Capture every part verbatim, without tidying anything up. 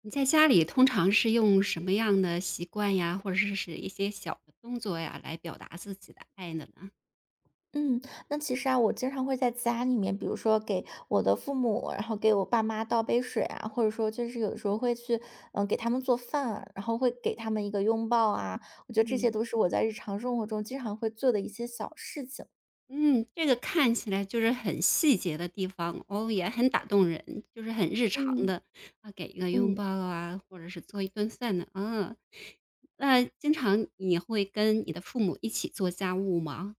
你在家里通常是用什么样的习惯呀，或者是是一些小的动作呀，来表达自己的爱的呢？嗯，那其实啊，我经常会在家里面，比如说给我的父母，然后给我爸妈倒杯水啊，或者说就是有时候会去，嗯，给他们做饭啊然后会给他们一个拥抱啊，我觉得这嗯。些都是我在日常生活中经常会做的一些小事情。嗯，这个看起来就是很细节的地方，哦，也很打动人，就是很日常嗯的，啊，给一个拥嗯。抱啊，或者是做一顿饭呢，啊。那经常你会跟你的父母一起做家务吗？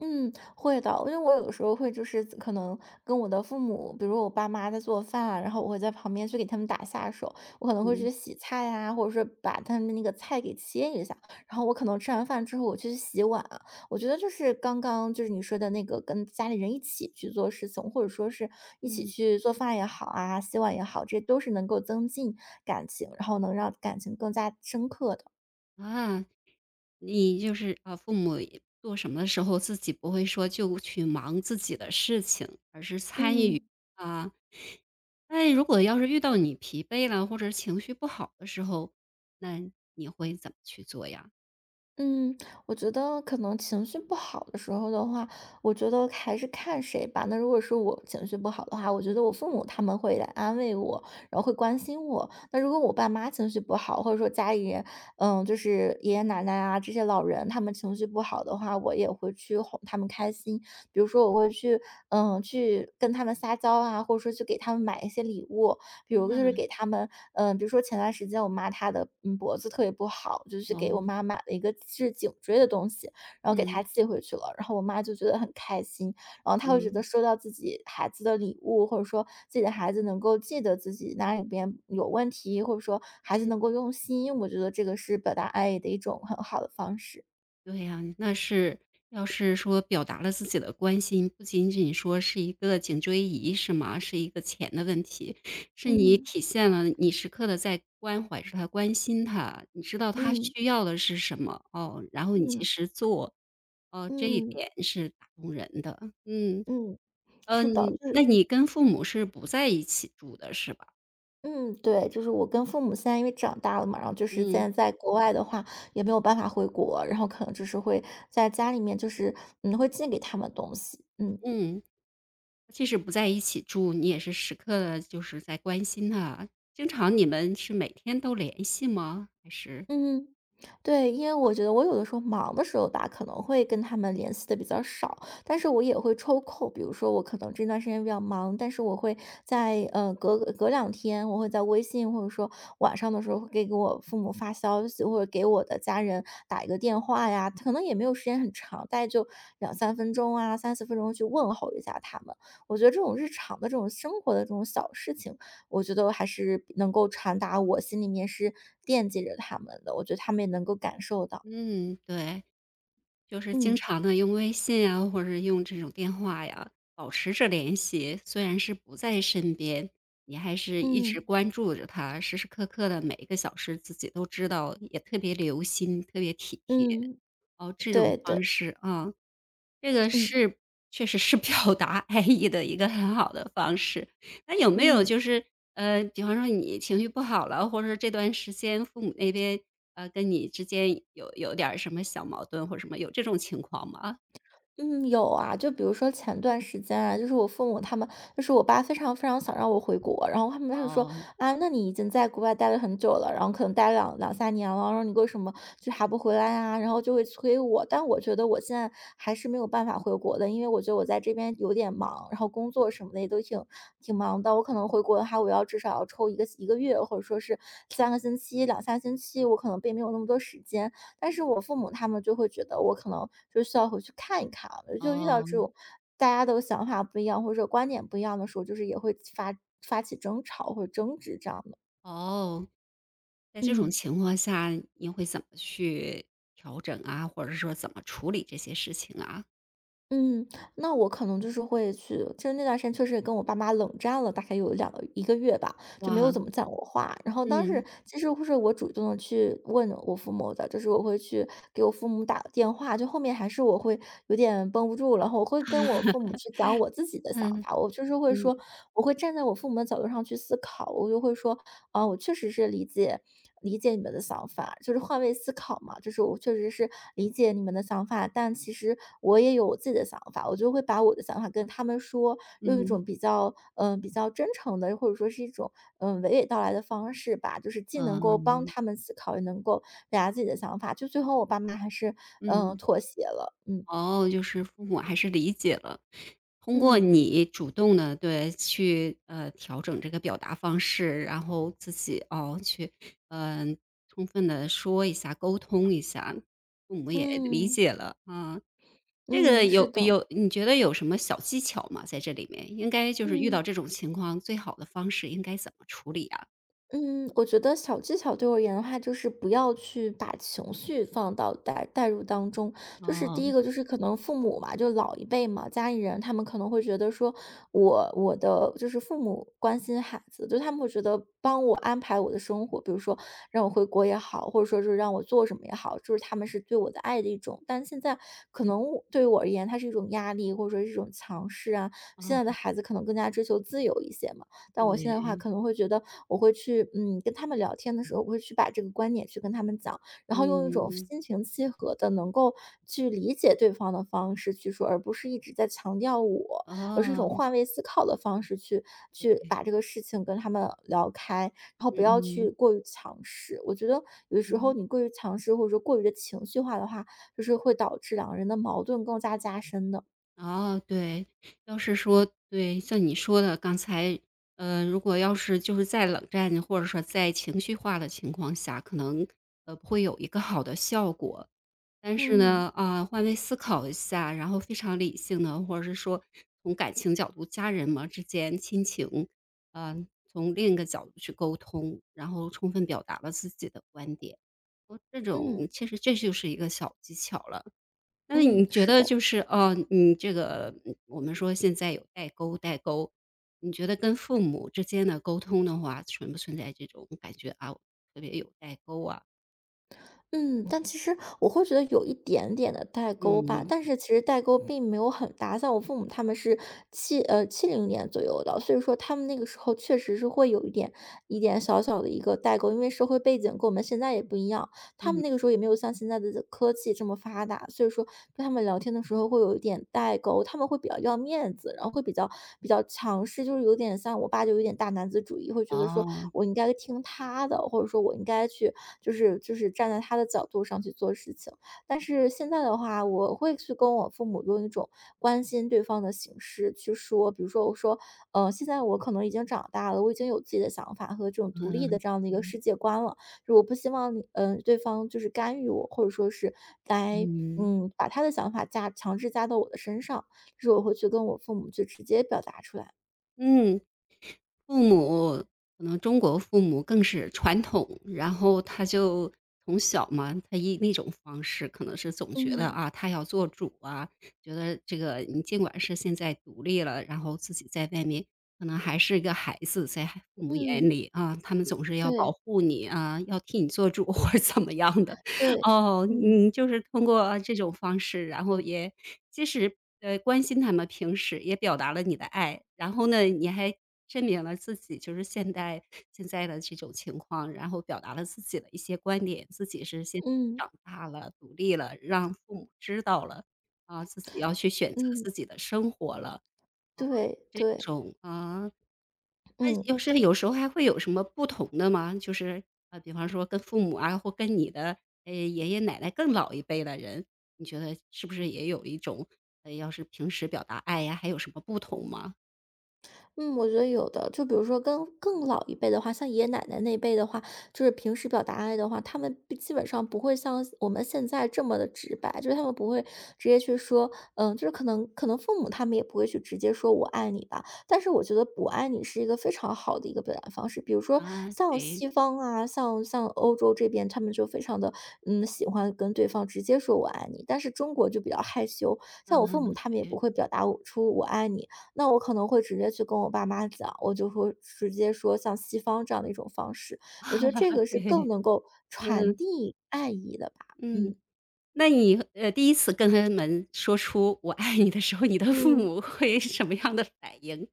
嗯，会的，因为我有的时候会就是可能跟我的父母，比如我爸妈在做饭啊然后我会在旁边去给他们打下手，我可能会嗯，去洗菜呀、或者说把他们的那个菜给切一下，然后我可能吃完饭之后我去洗碗啊我觉得就是刚刚就是你说的那个跟家里人一起去做事情，或者说是一起嗯。去做饭也好啊，洗碗也好，这都是能够增进感情，然后能让感情更加深刻的。啊。你就是啊，父母也做什么的时候，自己不会说就去忙自己的事情，而是参嗯。与啊。但如果要是遇到你疲惫了或者情绪不好的时候，那你会怎么去做呀？嗯，我觉得可能情绪不好的时候的话，我觉得还是看谁吧。那如果是我情绪不好的话，我觉得我父母他们会来安慰我，然后会关心我。那如果我爸妈情绪不好，或者说家里人，嗯，就是爷爷奶奶啊这些老人，他们情绪不好的话，我也会去哄他们开心。比如说我会去，嗯，去跟他们撒娇啊，或者说去给他们买一些礼物，比如就那 是 给他们，嗯，比如说前段时间我妈她的嗯脖子特别不好，就去给我哦，妈买了一个治颈椎的东西，然后给她嗯寄回去了，然后我妈就觉得很开心，然后她会嗯觉得嗯。收到自己孩子的礼物，或者说自己的孩子能够记得自己哪里边有问题，或者说孩子能够用心，我觉得这个是表达爱意的一种很好的方式。对呀，那是要是说表达了自己的关心，不仅仅说是一个颈椎仪是吗？是一个钱的问题，是你嗯体现了你时刻的在关怀着他、关心他，你知道他嗯需要的是什么，哦，然后你及嗯时做，哦，这一嗯。点是打动人的。嗯嗯，嗯，是的，呃，就是那你跟父母是不在一起住的是吧？嗯，对，就是我跟父母现在因为长大了嘛，然后就是现嗯，在在国外的话，也没有办法回国，然后可能就是会在家里面，就是嗯，会寄给他们东西，嗯。嗯。即使不在一起住，你也是时刻的就是在关心他。经常你们是每天都联系吗？还是嗯，对，因为我觉得我有的时候忙的时候吧，可能会跟他们联系的比较少，但是我也会抽空，比如说我可能这段时间比较忙，但是我会在呃隔隔两天，我会在微信或者说晚上的时候会给给我父母发消息，或者给我的家人打一个电话呀，可能也没有时间很长，大概就两三分钟啊，三四分钟去问候一下他们。我觉得这种日常的这种生活的这种小事情。我觉得还是能够传达我心里面是惦记着他们的，我觉得他们也能够感受到。嗯，对，就是经嗯常的用微信啊，或者是用这种电话呀，保持着联系。虽然是不在身边，你还是一直嗯关注着他，时时刻刻的每一个小时自己都知道，也特别留心，特别体贴。嗯，哦，这种对方对，式啊。这个嗯是确实是 表达爱意的一个很好的方式。那有没有嗯。就是，呃，比方说你情绪不好了，或者是这段时间父母那边，呃，跟你之间有有点儿什么小矛盾或者什么，有这种情况吗？嗯，有啊，就比如说前段时间啊，就是我父母他们，就是我爸非常非常想让我回国，然后他们他就说哦，啊，那你已经在国外待了很久了，然后可能待了两两三年了，然后你为什么就还不回来啊？然后就会催我，但我觉得我现在还是没有办法回国的，因为我觉得我在这边有点忙，然后工作什么的也都挺挺忙的，我可能回国的话，我要至少要抽一个一个月，或者说是三个星期、两三星期，我可能并没有那么多时间。但是我父母他们就会觉得我可能就需要回去看一看啊，就遇到这哦，种大家的想法不一样，或者观点不一样的时候，就是也会发发起争吵或者争执这样的。哦，在这种嗯。情况下，你会怎么去调整啊，或者说怎么处理这些事情啊？嗯，那我可能就是会去就是那段时间确实也跟我爸妈冷战了，大概有两个一个月吧，就没有哇，怎么讲过话。然后当时嗯，其实是我主动的去问我父母的，就是我会去给我父母打个电话，就后面还是我会有点绷不住了，然后我会跟我父母去讲我自己的想嗯，法。我就是会说嗯，我会站在我父母的角度上去思考，我就会说："啊，我确实是理解。"理解你们的想法，就是换位思考嘛，就是我确实是理解你们的想法，但其实我也有我自己的想法，我就会把我的想法跟他们说，用一嗯，种比较嗯、呃比较真诚的，或者说是一种嗯、呃娓娓道来的方式吧，就是既能够帮嗯，他们思考，也能够表达自己的想法。就最后我爸妈还是嗯、呃嗯。妥协了，嗯哦，就是父母还是理解了，通过嗯你主动的对，去，呃，调整这个表达方式，然后自己，哦，去，嗯呃充分的说一下、沟通一下，父母也理嗯解了，啊。这个嗯，是有的，有你觉得有什么小技巧吗？在这里面，应该就是遇到嗯。这种情况，最好的方式应该怎么处理啊？嗯，我觉得小技巧对我而言的话，就是不要去把情绪放到带带入当中。就是第一哦，个，就是可能父母嘛，就老一辈嘛，家里人他们可能会觉得说我我的就是父母关心孩子，就他们会觉得帮我安排我的生活，比如说让我回国也好，或者说就是让我做什么也好，就是他们是对我的爱的一种。但现在可嗯，能我对于我而言，它是一种压力，或者说是一种强势啊。哦，现在的孩子可能更加追求自由一些嘛。但我现在的话对，可能会觉得，我会去，嗯，跟他们聊天的时候，我会去把这个观点去跟他们讲，然后用一种嗯，心平气和的，能够去理解对方的方式去说，而不是一直在强调我，而是一种哦，换位思考的方式去去把这个事情跟他们聊开，然后不嗯要去嗯，过于强势。我觉得有的时候你嗯。过于强势或者说过于的情绪化的话，就是会导致两个人的矛盾更加加深的。哦，对，要是说对，像你说的刚才，呃，如果要是就是在冷战或者说在情绪化的情况下，可能，呃，不会有一个好的效果。但是嗯呢，啊，换位思考一下，然后非常理性的，或者是说从感情角度，家人嘛之间亲情，嗯，从另一个角度去沟通，然后充分表达了自己的观点。哦，这嗯种其实这就是一个小技巧了。那嗯，你觉是得的。就是哦，你这个嗯我们说现在有代沟，代沟，你觉得跟父母之间的沟通的话，存不存在这种感觉啊？特别有代沟啊？嗯，但其实我会觉得有一点点的代沟吧，嗯但是其实代沟并没有很大。像我父母他们是七呃七零年左右的，所以说他们那个时候确实是会有一点一点小小的一个代沟，因为社会背景跟我们现在也不一样。他们嗯，那个时候也没有像现在的科技这么发达，所以说跟他们聊天的时候会有一点代沟，他们会比较要面子，然后会比较比较强势，就是有点像我爸就有点大男子主义，会觉得说哦，我应该听他的，或者说我应该去就是就是站在他的角度上去做事情。但是现在的话，我会去跟我父母用一种关心对方的形式去说，比如说我说，呃，现在我可能已经长大了，我已经有自己的想法和这种独立的嗯这样的一个世界观了。我不希望你嗯，对方就是干预我，或者说是来，嗯嗯，把他的想法加强制加到我的身上，就是我会去跟我父母去直接表达出来。嗯。父母可能中国父母更是传统，然后他就从小嘛，他以那种方式，可能是总觉得嗯，啊，他要做主啊，觉得这个你尽管是现在独立了，然后自己在外面可能还是一个孩子，在父母眼嗯，里啊，他们总是要保对，护你啊，要替你做主或者怎么样的。对，哦，嗯，你就是通过啊这种方式，然后也即使，呃，关心他们平时，也表达了你的爱，然后呢，你还证明了自己就是现代现在的这种情况，然后表达了自己的一些观点，自己是先嗯，长大了、独立了，让父母知道了，啊，自己要去选择嗯，自己的生活了，对，这对，种啊那嗯。就是有时候还会有什么不同的吗？就是，呃，比方说跟父母啊，或跟你的，呃，爷爷奶奶更老一辈的人，你觉得是不是也有一种，呃，要是平时表达爱呀，还有什么不同吗？嗯，我觉得有的，就比如说跟更老一辈的话，像爷爷奶奶那辈的话，就是平时表达爱的话，他们不基本上不会像我们现在这么的直白，就是他们不会直接去说，嗯，就是可能可能父母他们也不会去直接说我爱你吧，但是我觉得不爱你是一个非常好的一个表达方式，比如说啊，像对，西方啊，像像欧洲这边，他们就非常的嗯喜欢跟对方直接说我爱你，但是中国就比较害羞，像我父母嗯，他们也不会表达我出我爱你，那我可能会直接去跟我爸妈讲，我就会直接说像西方这样的一种方式，我觉得这 个是对，更对能够传嗯，递爱意的吧。嗯。嗯那你，呃，第一次跟他们说出“我爱你”的时候，你的父嗯。母会什么样的反应？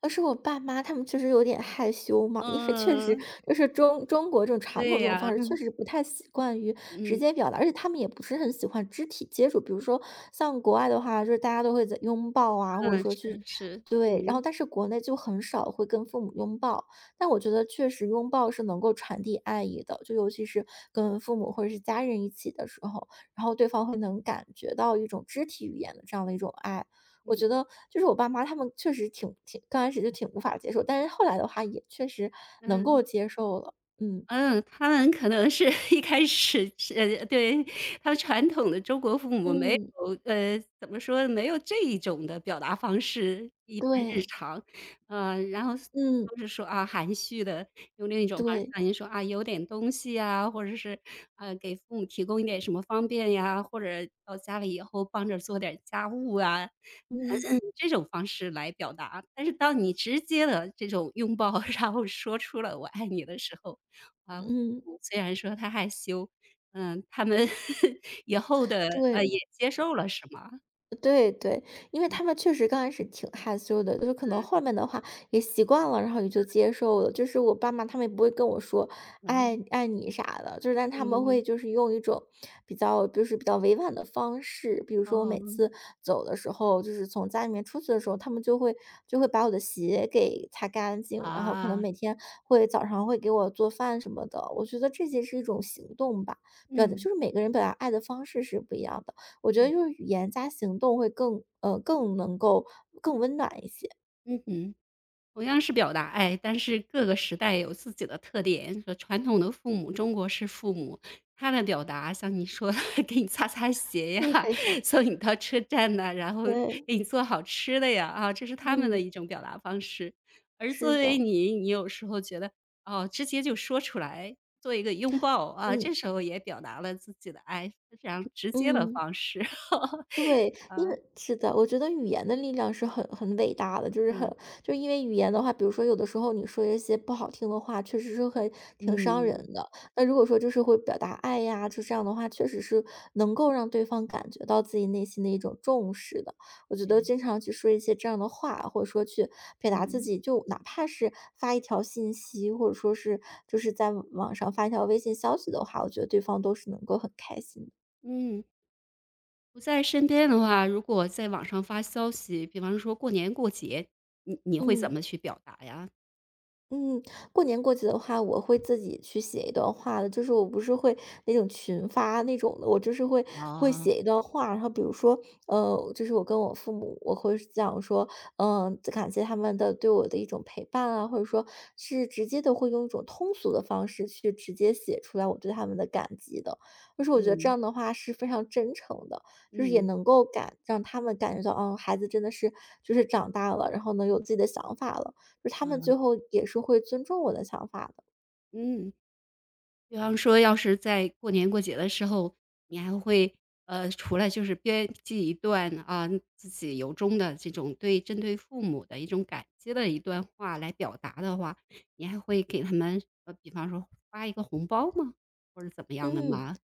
而是我爸妈他们确实有点害羞嘛，因为确实嗯，就是中中国这种传统对这种呀，方式，确实不太习惯于直嗯，接表达，而且他们也不是很喜欢肢体接触。比如说像国外的话，就是大家都会在拥抱啊，或者嗯，说去是，是，对，然后嗯，但是国内就很少会跟父母拥抱。但我觉得确实拥抱是能够传递爱意的，就尤其是跟父母或者是家人一起的时候，然后对方会能感觉到一种肢体语言的这样的一种爱。我嗯，觉得就是我爸妈他们确实挺挺刚开始就挺无法接受，但是后来的话也确实能嗯。够接受了。嗯。嗯，他们可能是 一开始是呃，对，他们传统的中国父母没嗯，有呃，怎么说，没有这一种的表达方式，一般日对。常。呃，然后嗯，都是说，啊，含蓄的用另一种方式，对，像您说，啊，有点东西啊，或者是，呃，给父母提供一点什么方便呀，或者到家里以后帮着做点家务啊，嗯。这种方式来表达。但是当你直接的这种拥抱，然后说出了“我爱你”的时候，啊，嗯嗯，虽然说他害羞，嗯，他们 以后的对。呃，也接受了是吗？对对，因为他们确实刚开始挺害羞的，就是可能后面的话也习惯了，然后也就接受了。就是我爸妈他们也不会跟我说嗯，“爱爱你"啥的，就是但他们会嗯，就是用一种比较就是比较委婉的方式，比如说我每哦，次走的时候，就是从家里面出去的时候，他们就会就会把我的鞋给擦干净，然后可能啊，每天会早上会给我做饭什么的。我觉得这些是一种行动吧，表达就嗯，是每个人表达爱的方式是不一样的。我觉得对，就是语言加行动会更呃，更能够更温暖一些。嗯哼。同样是表达爱，但是各个时代有自己的特点。说传统的父母，中国式父母，他的表达像你说的，给你擦擦鞋呀，对。送你到车站呐，然后对，给你做好吃的呀，啊，这是他们的嗯，一种表达方式。而作是为的，你，你有时候觉得，哦，直接就说出来，做一个拥抱啊，嗯，这时候也表达了自己的爱，非常直接的嗯。方式 对，因啊，为是的，我觉得语言的力量是很很伟大的，就是很嗯就是因为语言的话，比如说有的时候你说一些不好听的话，确实是很挺伤嗯，人的。那如果说就是会表达爱呀，就这样的话，确实是能够让对方感觉到自己内心的一种重视的。我觉得对，经常去说一些这样的话，或者说去表达自嗯己，就哪怕是发一条信息，或者说是就是在网上发一条微信消息的话，我觉得对方都是能够很开心的。嗯。不在身边的话，如果在网上发消息，比方说过年过节，你你会怎嗯。么去表达呀？嗯，过年过节的话，我会自己去写一段话的，就是我不是会那种群发那种的，我就是会会啊，写一段话，然后比如说，呃，就是我跟我父母，我会讲说，嗯、感谢他们的对我的一种陪伴啊，或者说是直接的会用一种通俗的方式去直接写出来我对他们的感激的，就是我觉得这嗯，样的话是非常真诚的，就是也嗯，能够感让他们感觉到，嗯，孩子真的是就是长大了，然后能有自己的想法了。就是他们最嗯后也是会尊重我的想法的。嗯，比方说要是在过年过节的时候，你还会，呃，除了就是编辑一段啊，自己由衷的这种对针对父母的一种感激的一段话来表达的话，你还会给他们，呃，比方说发一个红包吗？或者怎么样的嗯，吗？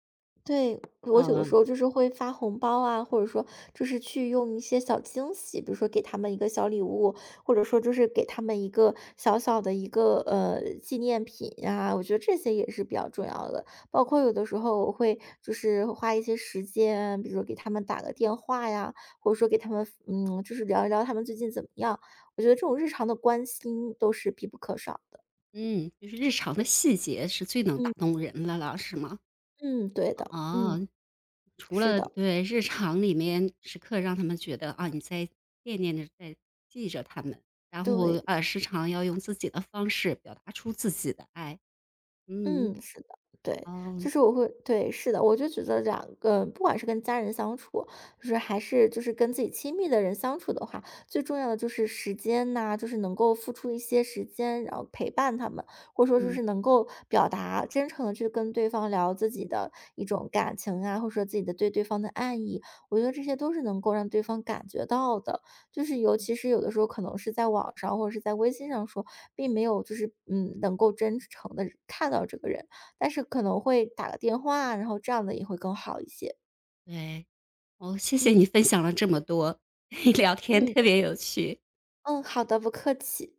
对，我有的时嗯。候就是会发红包啊，或者说就是去用一些小惊喜，比如说给他们一个小礼物，或者说就是给他们一个小小的一个呃纪念品呀、我觉得这些也是比较重要的。包括有的时候我会就是花一些时间，比如说给他们打个电话呀，或者说给他们嗯，就是聊一聊他们最近怎么样。我觉得这种日常的关心都是必不可少的。嗯，就是日常的细节是最能打嗯。动人的了，是吗？嗯，对的，嗯，哦，除是了的，对，日常里面时刻让他们觉得，啊，你在惦念着，在记着他们，然后，对，啊，时常要用自己的方式表达出自己的爱。嗯，嗯，是的，对，哦，就是我会，对，是的，我就觉得两个，不管是跟家人相处，就是还是就是跟自己亲密的人相处的话，最重要的就是时间呐、就是能够付出一些时间，然后陪伴他们，或者说就嗯，是能够表达真诚的去跟对方聊自己的一种感情啊，或者说自己的对对方的爱意，我觉得这些都是能够让对方感觉到的，就是尤其是有的时候可能是在网上或者是在微信上说。并没有就是嗯能够真诚的看到这个人，但是可能会打个电话啊，然后这样的也会更好一些。对，哦，谢谢你嗯分享了这么多，聊天嗯特别有趣。嗯，好的，不客气。